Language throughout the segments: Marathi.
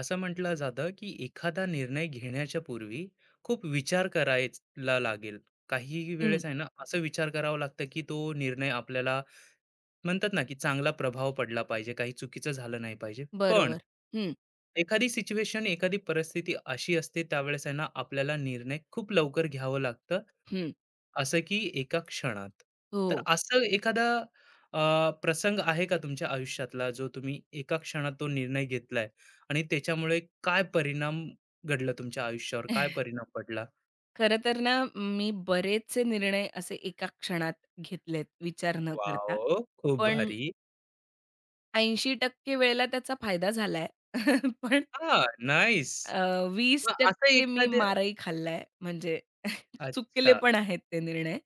असं म्हटलं जातं की एखादा निर्णय घेण्याच्या पूर्वी खूप विचार करायला लागेल. काही हं. वेळेस आहे ना, असं विचार करावा लागतं की तो निर्णय आपल्याला म्हणतात ना, की चांगला प्रभाव पडला पाहिजे, काही चुकीचं झालं नाही पाहिजे. पण बरोबर. हं, एखादी सिच्युएशन, एखादी परिस्थिती अशी असते त्यावेळेस आहे ना, आपल्याला निर्णय खूप लवकर घ्यावं लागतं हं. असं की एका क्षणात. हो. तर असं एखादा अ, प्रसंग आहे का तुमच्या आयुष्यातला जो तुम्ही एका क्षणात तो निर्णय घेतलाय आणि त्याच्यामुळे काय परिणाम घडला तुमच्या आयुष्यावर? काय परिणाम पडला? खरं तर ना, मी बरेचसे निर्णय असे एका क्षणात घेतलेत विचार न करता. वॉव! खूप पण भारी. 80% वेळेला त्याचा फायदा झालाय. पण हां, नाईस. अ, वीस मग असं टक्के मी एखाद्या मारही खाल्लाय. म्हणजे चुकले अच्छा. पण आहेत ते निर्णय.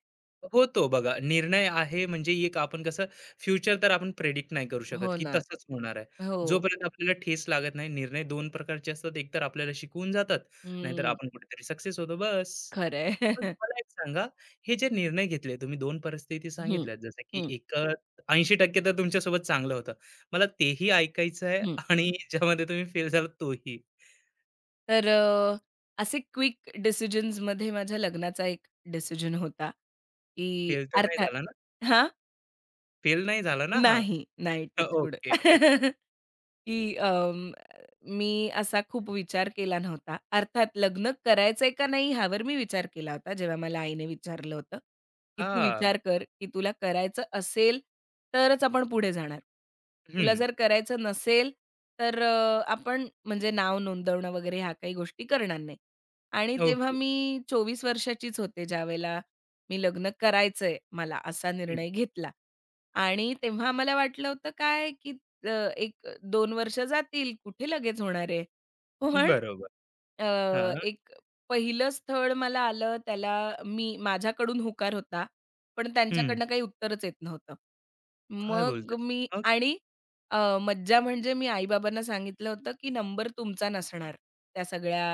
होतो बघा. निर्णय आहे म्हणजे एक आपण कसं फ्युचर तर आपण प्रेडिक्ट नाही करू शकत, हो की ना. तसंच होणार आहे. हो. जोपर्यंत आपल्याला ठेस लागत नाही, निर्णय दोन प्रकारचे असतात. एकतर आपल्याला शिकवून जातात, नाहीतर हं. आपण कुठेतरी सक्सेस होतो बस. खरं पण आहे. मला एक सांगा, हे जे निर्णय घेतले तुम्ही 2 परिस्थिती हं, सांगितल्यात जसं की हं, एक 80% तर तुमच्यासोबत चांगलं होतं. मला तेही ऐकायचं आहे आणि ज्यामध्ये तुम्ही फेल झालात तोही. तर असे क्विक डिसिजन्समध्ये माझ्या लग्नाचा एक डिसिजन होता, की फेल तर नाही अर्थात झाला ना? हां? फेल नाही झाला ना हा? नाही, नाही टच वूड. ओके. की मी असा खूप विचार केला नव्हता. अर्थात लग्न करायचंय का नाही ह्यावर मी विचार केला होता, जेव्हा मला आईने विचारलं होतं, की "तू हां. विचार कर, की तुला करायचं असेल तरच आपण पुढे जाणार. तुला हं. जर करायचं नसेल तर आपण म्हणजे नाव नोंदवणं वगैरे ह्या काही गोष्टी करणार नाही." आणि तेव्हा ओके. मी 24 वर्षाचीच होते ज्यावेळेला मी लग्न करायचंय मला असा निर्णय घेतला. आणि तेव्हा आम्हाला वाटलं होतं काय, की अ, 1-2 वर्ष जातील, कुठे लगेच होणार आहे. पण बरोबर. अ, हां, एक पहिलं स्थळ मला आलं, त्याला मी माझ्याकडून होकार होता, पण हं. त्यांच्याकडनं काही उत्तरच येत नव्हतं. काय मग बोलताय? मी मग? आणि मज्जा म्हणजे मी आई-बाबांना सांगितलं होतं, की नंबर तुमचा नसणार त्या सगळ्या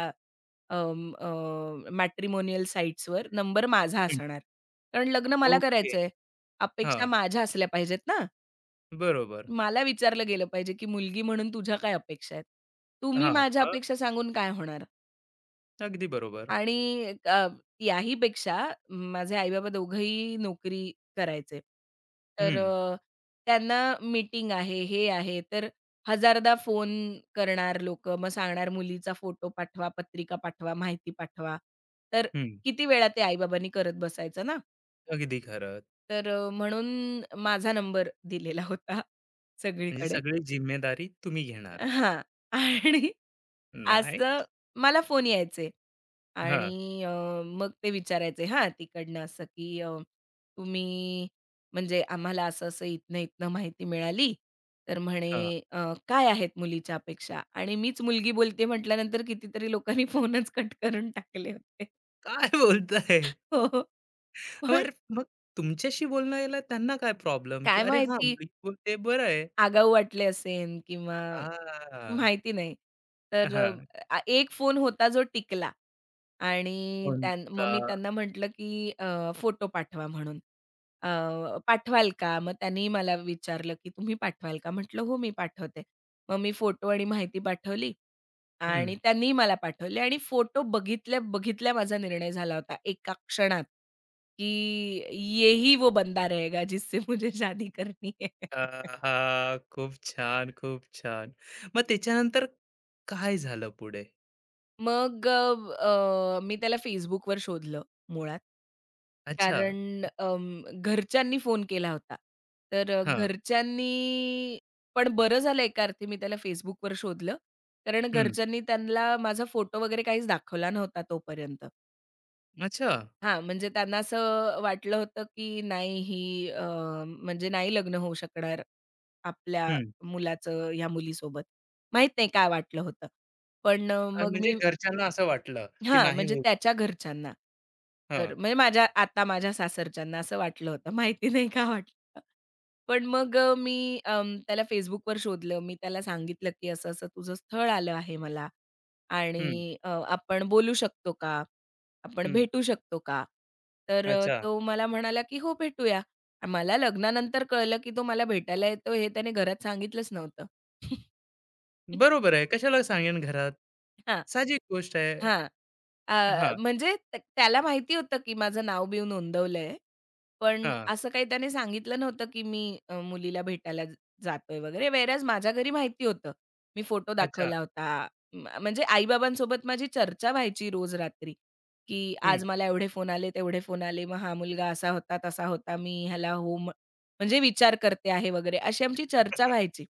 अं, मॅट्रिमोनियल साइट्सवर नंबर माझा हं. असणार. कारण लग्न मला ओके. करायचंय. अपेक्षा हां, माझ्या असल्या पाहिजेत ना. बरोबर. मला विचारलं गेलं पाहिजे, की मुलगी म्हणून तुझ्या काय अपेक्षा आहेत? तुम्ही हां, माझ्या मग? अपेक्षा सांगून काय होणार? अगदी बरोबर. आणि याही पेक्षा माझे आई-बाबा दोघंही नोकरी करायचे. तर हं, त्यांना मीटिंग आहे, हे आहे, तर हजारदा फोन करणार लोक, मग सांगणार मुलीचा फोटो पाठवा, पत्रिका पाठवा, माहिती पाठवा. तर हं. किती वेळा ते आई-बाबांनी करत बसायचं ना. अगदी खरं. तर म्हणून माझा नंबर दिलेला होता म्हणजे सगळीकडे. सगळी जिम्मेदारी तुम्ही घेणार. हां. आणि असं नाईस. मला फोन यायचे हां, आणि मग ते विचारायचे हां, तिकडनं असं, की तुम्ही म्हणजे आम्हाला असं-असं इथनं-इथनं माहिती मिळाली. तर म्हणे हां. काय आहेत मुलीच्या अपेक्षा? आणि मीच मुलगी बोलते म्हटल्यानंतर कितीतरी लोकांनी फोनच कट करून टाकले होते. काय बोलताय? हो, हो. पण बरं मग तुमच्याशी बोलण्याला त्यांना काय प्रॉब्लेम, की काय "अरे हां, माहिती मी बोलते बरं आहे." आगाऊ वाटले असेन किंवा हां, माहिती नाही. तर हां. एक फोन होता जो टिकला आणि कोणता? मग मी त्यांना म्हटलं, की फोटो पाठवा म्हणून. अ, पाठवाल का? मग त्यांनी मला विचारलं, की "तुम्ही पाठवाल का?" म्हटलं, "हो, मी पाठवते." मग मी फोटो आणि माहिती पाठवली हं. आणि त्यांनीही मला पाठवले आणि फोटो बघितल्या, बघितल्या माझा निर्णय झाला होता एका क्षणात, की "ये वो बंदा रहेगा जिससे मुझे शादी करनी है." आहा! खूप छान, खूप छान. मग त्याच्यानंतर काय झालं पुढे? मग अ, अ, मी त्याला Facebookवर शोधलं मुळात. अच्छा. कारण घरच्यांनी फोन केला होता. तर अ, हां. घरच्यांनी पण बरं झालं एका अर्थी मी त्याला Facebookवर शोधलं. कारण हं. घरच्यांनी त्यांना माझा फोटो वगैरे काहीच दाखवला नव्हता तोपर्यंत. अच्छा. हां, म्हणजे त्यांना असं वाटलं होतं, की नाही ही म्हणजे नाही लग्न होऊ शकणार आपल्या हं. मुलाचं ह्या मुलीसोबत. माहीत नाही काय वाटलं होतं. पण मग म्हणजे मी घरच्यांना असं वाटलं, की हां, नाही म्हणजे होत. त्याच्या घरच्यांना. तर हां. म्हणजे माझ्या सासरच्यांना असं वाटलं होतं, माहिती नाही का वाटलं. पण मग मी त्याला Facebookवर शोधलं. मी त्याला सांगितलं, की असं-असं तुझं स्थळ आलं आहे मला हं, आणि आपण बोलू शकतो का? आपण हं. भेटू शकतो का? तर अच्छा. तो मला म्हणाला, की "हो, भेटूया." मला लग्नानंतर कळलं, की तो मला भेटायला येतो हे त्याने घरात सांगितलंच नव्हतं. बरोबर आहे. कशाला सांगेन घरात. हां. साहजिक गोष्ट आहे. हां. हां, म्हणजे त्याला माहिती होतं, की माझं नाव-बीव नोंदवलंय. पण हां. असं काही त्याने सांगितलं नव्हतं, की मी मुलीला भेटायला जातोय वगैरे. व्हेअरएज माझ्या घरी माहिती होतं. मी फोटो अच्छा. दाखवला होता. म्हणजे आई-बाबांसोबत माझी चर्चा व्हायची रोज रात्री, की हं. आज मला एवढे फोन आले, तेवढे फोन आले. मग हा मुलगा असा होता, तसा होता. मी ह्याला हो म्हणजे विचार करते आहे वगैरे अशी आमची चर्चा हां. व्हायची.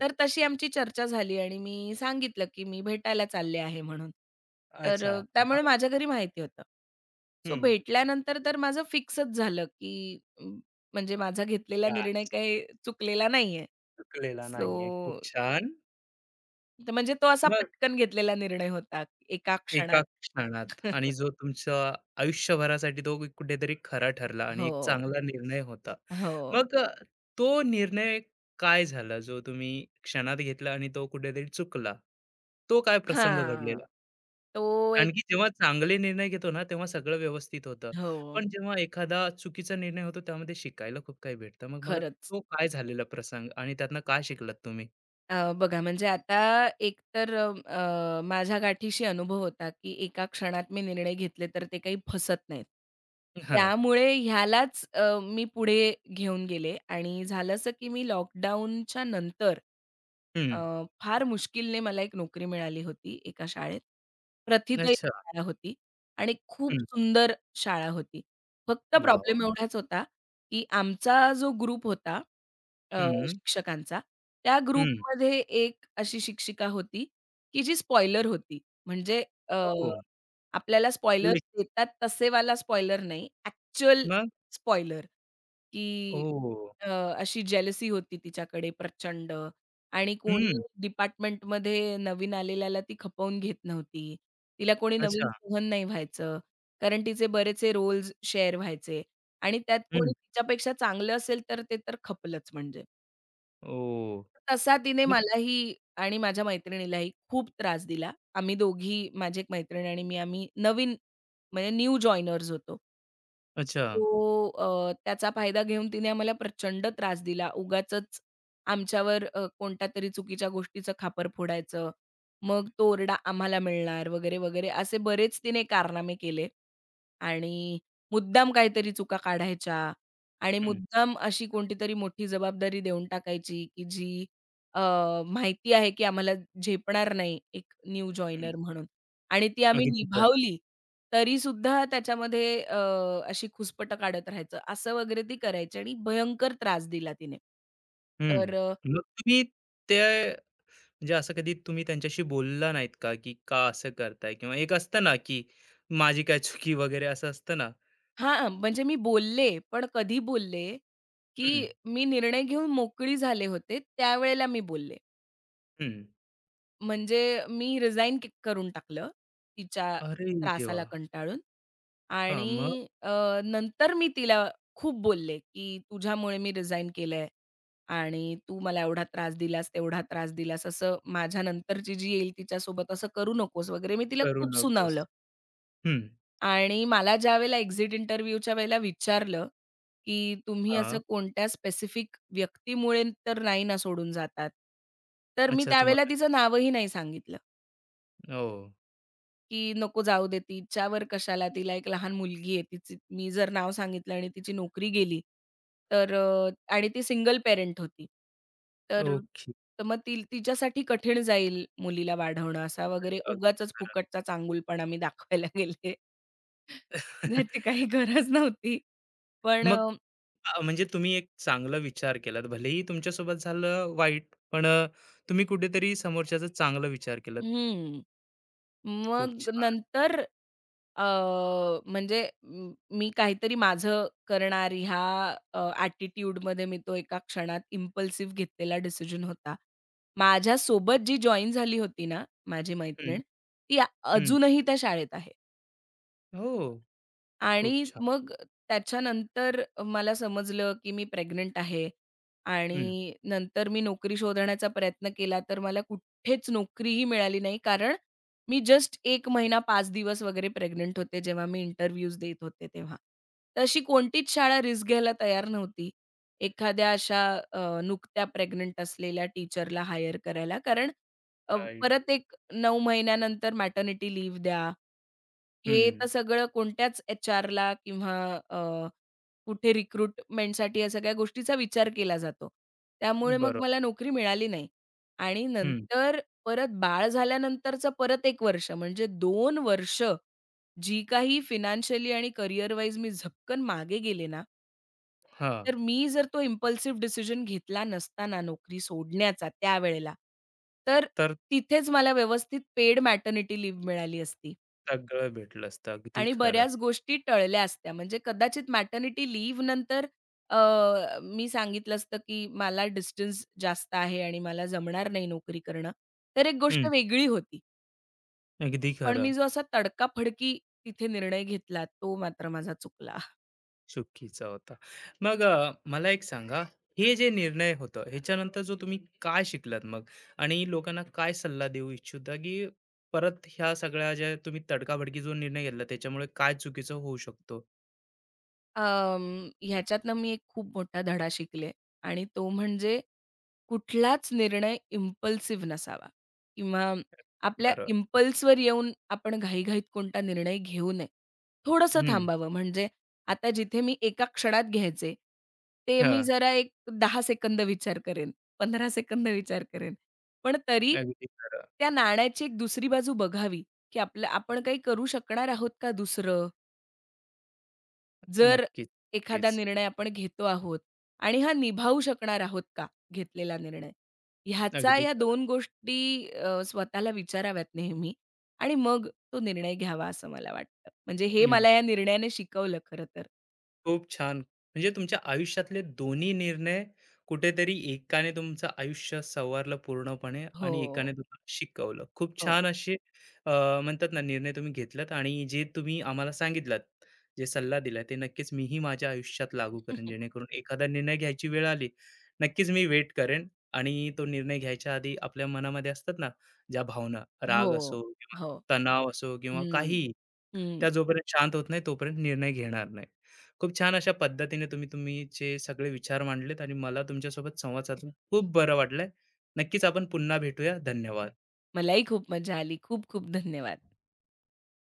तर तशी आमची चर्चा झाली आणि मी सांगितलं, की मी भेटायला चालले आहे म्हणून. तर अच्छा. त्यामुळे मग? माझ्या घरी माहिती होतं. सो हं. भेटल्यानंतर तर माझं फिक्सच झालं, की म्हणजे माझा घेतलेला काच निर्णय काही चुकलेला नाहीये. चुकलेला नाहीये. खूप सो छान. तर म्हणजे तो असा मग पटकन घेतलेला निर्णय होता एका एका क्षणात. क्षणात आणि जो तुमच्या आयुष्यभरासाठी तो कुठेतरी खरा ठरला आणि एक हो, चांगला निर्णय होता. हो. मग तो निर्णय काय झाला जो तुम्ही क्षणात घेतला आणि तो कुठेतरी चुकला? तो काय प्रसंग हां. घडलेला? तो कारण एक की जेव्हा चांगले निर्णय घेतो ना, तेव्हा सगळं व्यवस्थित होतं. हो, पण जेव्हा एखादा चुकीचा निर्णय होतो त्यामध्ये शिकायला खूप काही भेटतं. मग मला खरंच. तो काय झालेला प्रसंग आणि त्यातनं काय शिकलात तुम्ही? बघा म्हणजे आता एकतर अ, अ, माझ्या गाठीशी अनुभव होता, की एका क्षणात मी निर्णय घेतले तर ते काही फसत नाहीत. हां. त्यामुळे ह्यालाच मी पुढे घेऊन गेले आणि झालं असं, की मी लॉकडाऊनच्या नंतर हं. फार मुश्किलने मला एक नोकरी मिळाली होती एका शाळेत. प्रथितही अच्छा. शाळा होती आणि खूप हं. सुंदर शाळा होती. फक्त वाह! प्रॉब्लेम वाह! एवढाच होता, की आमचा जो ग्रुप होता अ, हं. शिक्षकांचा, त्या हं. ग्रुपमध्ये एक अशी शिक्षिका होती, की जी स्पॉइलर होती. म्हणजे अ, हो. आपल्याला स्पॉइलर्स देतात तसेवाला स्पॉइलर नाही, ॲक्चुअल मग? स्पॉइलर, की ओह! अ, अशी जेलसी होती तिच्याकडे प्रचंड. आणि कोणी हं. डिपार्टमेंटमध्ये नवीन आलेल्याला ती खपवून घेत नव्हती. तिला कोणी नवीन अच्छा. सहन नाही व्हायचं. कारण तिचे बरेचसे रोल्स शेअर व्हायचे आणि त्यात हं. कोणी तिच्यापेक्षा चांगलं असेल तर ते तर खपलंच म्हणजे. ओह! तसा तिने मग? मलाही आणि माझ्या मैत्रिणीलाही खूप त्रास दिला. आम्ही दोघी माझी एक मैत्रीण आणि मी आम्ही नवीन म्हणजे न्यू जॉइनर्स होतो. अच्छा. तो त्याचा फायदा घेऊन तिने आम्हाला प्रचंड त्रास दिला. उगाचच आमच्यावर कोणत्या तरी चुकीच्या गोष्टीचं खापर फोडायचं. मग तो ओरडा आम्हाला मिळणार वगैरे, वगैरे असे बरेच तिने कारनामे केले. आणि मुद्दाम काहीतरी चुका काढायच्या आणि हं, मुद्दाम अशी कोणतीतरी मोठी जबाबदारी देऊन टाकायची, की जी अ, माहिती आहे, की आम्हाला झेपणार नाही एक न्यू हं. जॉइनर म्हणून आणि ती आम्ही अगदी खरं. निभावली. तरीसुद्धा त्याच्यामध्ये अशी खुसपटं काढत राहायचं, असं वगैरे ती करायची आणि भयंकर त्रास दिला तिने. हं. तर मग तुम्ही ते म्हणजे असं कधी तुम्ही त्यांच्याशी बोलला नाहीत का, की का असं करताय? किंवा एक असतं ना, की माझी काय चुकी वगैरे असं असतं ना? हां, म्हणजे मी बोलले, पण कधी बोलले, हं, की मी निर्णय घेऊन मोकळी झाले होते, त्यावेळेला मी बोलले. हं. म्हणजे मी रिझाइन करून टाकलं, तिच्या अरे देवा! त्रासाला कंटाळून हां, मग आणि नंतर मी तिला खूप बोलले, की "तुझ्यामुळे मी रिझाइन केलंय आणि तू मला एवढा त्रास दिलास, तेवढा त्रास दिलास, असं माझ्यानंतरची जी येईल तिच्यासोबत असं करू नकोस" वगैरे मी तिला करू खूप नकोस. सुनावलं हं. आणि मला ज्यावेळेला एक्झिट इंटरव्ह्यूच्या वेळेला विचारलं, की "तुम्ही हां. असं कोणत्या स्पेसिफिक व्यक्तीमुळे तर नाही ना सोडून जातात?" तर मी अच्छा त्यावेळेला तुम्हाला तिचं नावही नाही सांगितलं. ओह! की "नको जाऊ दे तिच्यावर कशाला, तिला एक लहान मुलगी आहे, तिचं मी जर नाव सांगितलं आणि तिची नोकरी गेली तर आणि ती सिंगल पेरेंट होती. तर ओके. तर मग ती तिच्यासाठी कठीण जाईल मुलीला वाढवणं." असा वगैरे उगाचच फुकटचा चांगुलपणा मी दाखवायला गेले. ज्याची काही गरज नव्हती. पण मग म्हणजे तुम्ही एक चांगला विचार केलात. भलेही तुमच्यासोबत झालं वाईट, पण तुम्ही कुठेतरी समोरच्याचा चांगला विचार केलात. हं. खूप मग छान. नंतर अ, म्हणजे मी काहीतरी माझं करणार ह्या ॲटिट्यूडमध्ये मी तो एका क्षणात इम्पल्सिव्ह घेतलेला डिसिजन होता. माझ्यासोबत जी जॉइन झाली होती ना, माझी हं, मैत्रीण, ती आ- हं. अजूनही त्या शाळेत आहे. हो, खूप आणि छान. मग त्याच्यानंतर मला समजलं, की मी प्रेग्नंट आहे हं, आणि नंतर मी नोकरी शोधण्याचा प्रयत्न केला, तर मला कुठेच नोकरीही मिळाली नाही. कारण मी जस्ट एक महिना 5 दिवस वगैरे प्रेग्नंट होते, जेव्हा मी इंटरव्ह्यूज देत होते तेव्हा. तर अशी कोणतीच शाळा रिस्क घ्यायला तयार नव्हती, एखाद्या अशा नुकत्या प्रेग्नंट असलेल्या टीचरला हायर करायला. कारण अ, राईट. परत एक 9 महिन्यानंतर मॅटर्निटी लीव्ह द्या. हे हं, तर सगळं कोणत्याच एचआरला किंवा अ, कुठे रिक्रुटमेंटसाठी या सगळ्या गोष्टीचा विचार केला जातो. त्यामुळे मग बरोबर. मला नोकरी मिळाली नाही आणि हं, नंतर परत बाळ झाल्यानंतरचं परत एक वर्ष म्हणजे दोन वर्ष जी काही फायनान्शियली आणि करियर वाईज मी झपकन मागे गेले ना हां. तर मी जर तो इम्पल्सिव्ह डिसिजन घेतला नसता ना नोकरी सोडण्याचा त्यावेळेला, तर तर तिथेच मला व्यवस्थित पेड मॅटर्निटी लीव्ह मिळाली असती. सगळं भेटलं असतं. अगदी आणि खरं. बऱ्याच गोष्टी टळल्या असत्या. म्हणजे कदाचित मॅटर्निटी लीव्ह नंतर अ, मी सांगितलं असतं, की मला डिस्टन्स जास्त आहे आणि मला जमणार नाही नोकरी करणं, तर एक गोष्ट हं, वेगळी होती. अगदी पण खरं. मी जो असा तडकाफडकी तिथे निर्णय घेतला, तो मात्र माझा चुकला. चुकीचा होता. मग मला एक सांगा, हे जे निर्णय होतं, ह्याच्यानंतर जो तुम्ही काय शिकलात मग? आणि लोकांना काय सल्ला देऊ इच्छिता, की परत ह्या सगळ्या ज्या तुम्ही तडकाफडकी जो निर्णय घेतला, त्याच्यामुळे काय चुकीचं होऊ शकतो? अं, ह्याच्यातनं मी एक खूप मोठा धडा शिकले आणि तो म्हणजे कुठलाच निर्णय इम्पल्सिव्ह नसावा किंवा अगदी आपल्या खरं. इम्पल्सवर येऊन आपण घाईघाईत कोणता निर्णय घेऊ नये. थोडंसं हं. थांबावं म्हणजे आता जिथे मी एका क्षणात घ्यायचे, ते मी हां. जरा एक 10 सेकंद विचार करेन, 15 सेकंद विचार करेन. पण तरी अगदी खरं. त्या नाण्याची एक दुसरी बाजू बघावी, की आपलं आपण काही करू शकणार आहोत का दुसरं? जर नक्कीच, एखादा नक्कीच. निर्णय आपण घेतो आहोत आणि हा निभावू शकणार आहोत का घेतलेला निर्णय? ह्याचा अगदी या खरं. दोन गोष्टी स्वतःला विचाराव्यात नेहमी आणि मग तो निर्णय घ्यावा असं मला वाटतं. म्हणजे हे मला या निर्णयाने शिकवलं खरं तर. खूप छान. म्हणजे तुमच्या आयुष्यातले दोन्ही निर्णय कुठेतरी एकाने तुमचं आयुष्य संवारलं पूर्णपणे हो, आणि एकाने तुम्हाला शिकवलं. खूप हो. छान असे अ, म्हणतात ना निर्णय तुम्ही घेतलात आणि जे तुम्ही आम्हाला सांगितलात, जे सल्ला दिला ते नक्कीच मीही माझ्या आयुष्यात लागू करेन. जेणेकरून एखादा निर्णय घ्यायची वेळ आली, नक्कीच मी वेट करेन आणि तो निर्णय घ्यायच्या आधी आपल्या मनामध्ये असतात ना, ज्या भावना हो, राग असो किंवा हो. तणाव असो किंवा हं, काहीही हं. त्या जोपर्यंत शांत होत नाही, तोपर्यंत निर्णय घेणार नाही. खूप छान अशा पद्धतीने तुम्ही तुमचे सगळे विचार मांडलेत आणि मला तुमच्यासोबत संवाद साधून खूप बरं वाटलंय. नक्कीच आपण पुन्हा भेटूया. धन्यवाद. मलाही खूप मजा आली. खूप खूप धन्यवाद.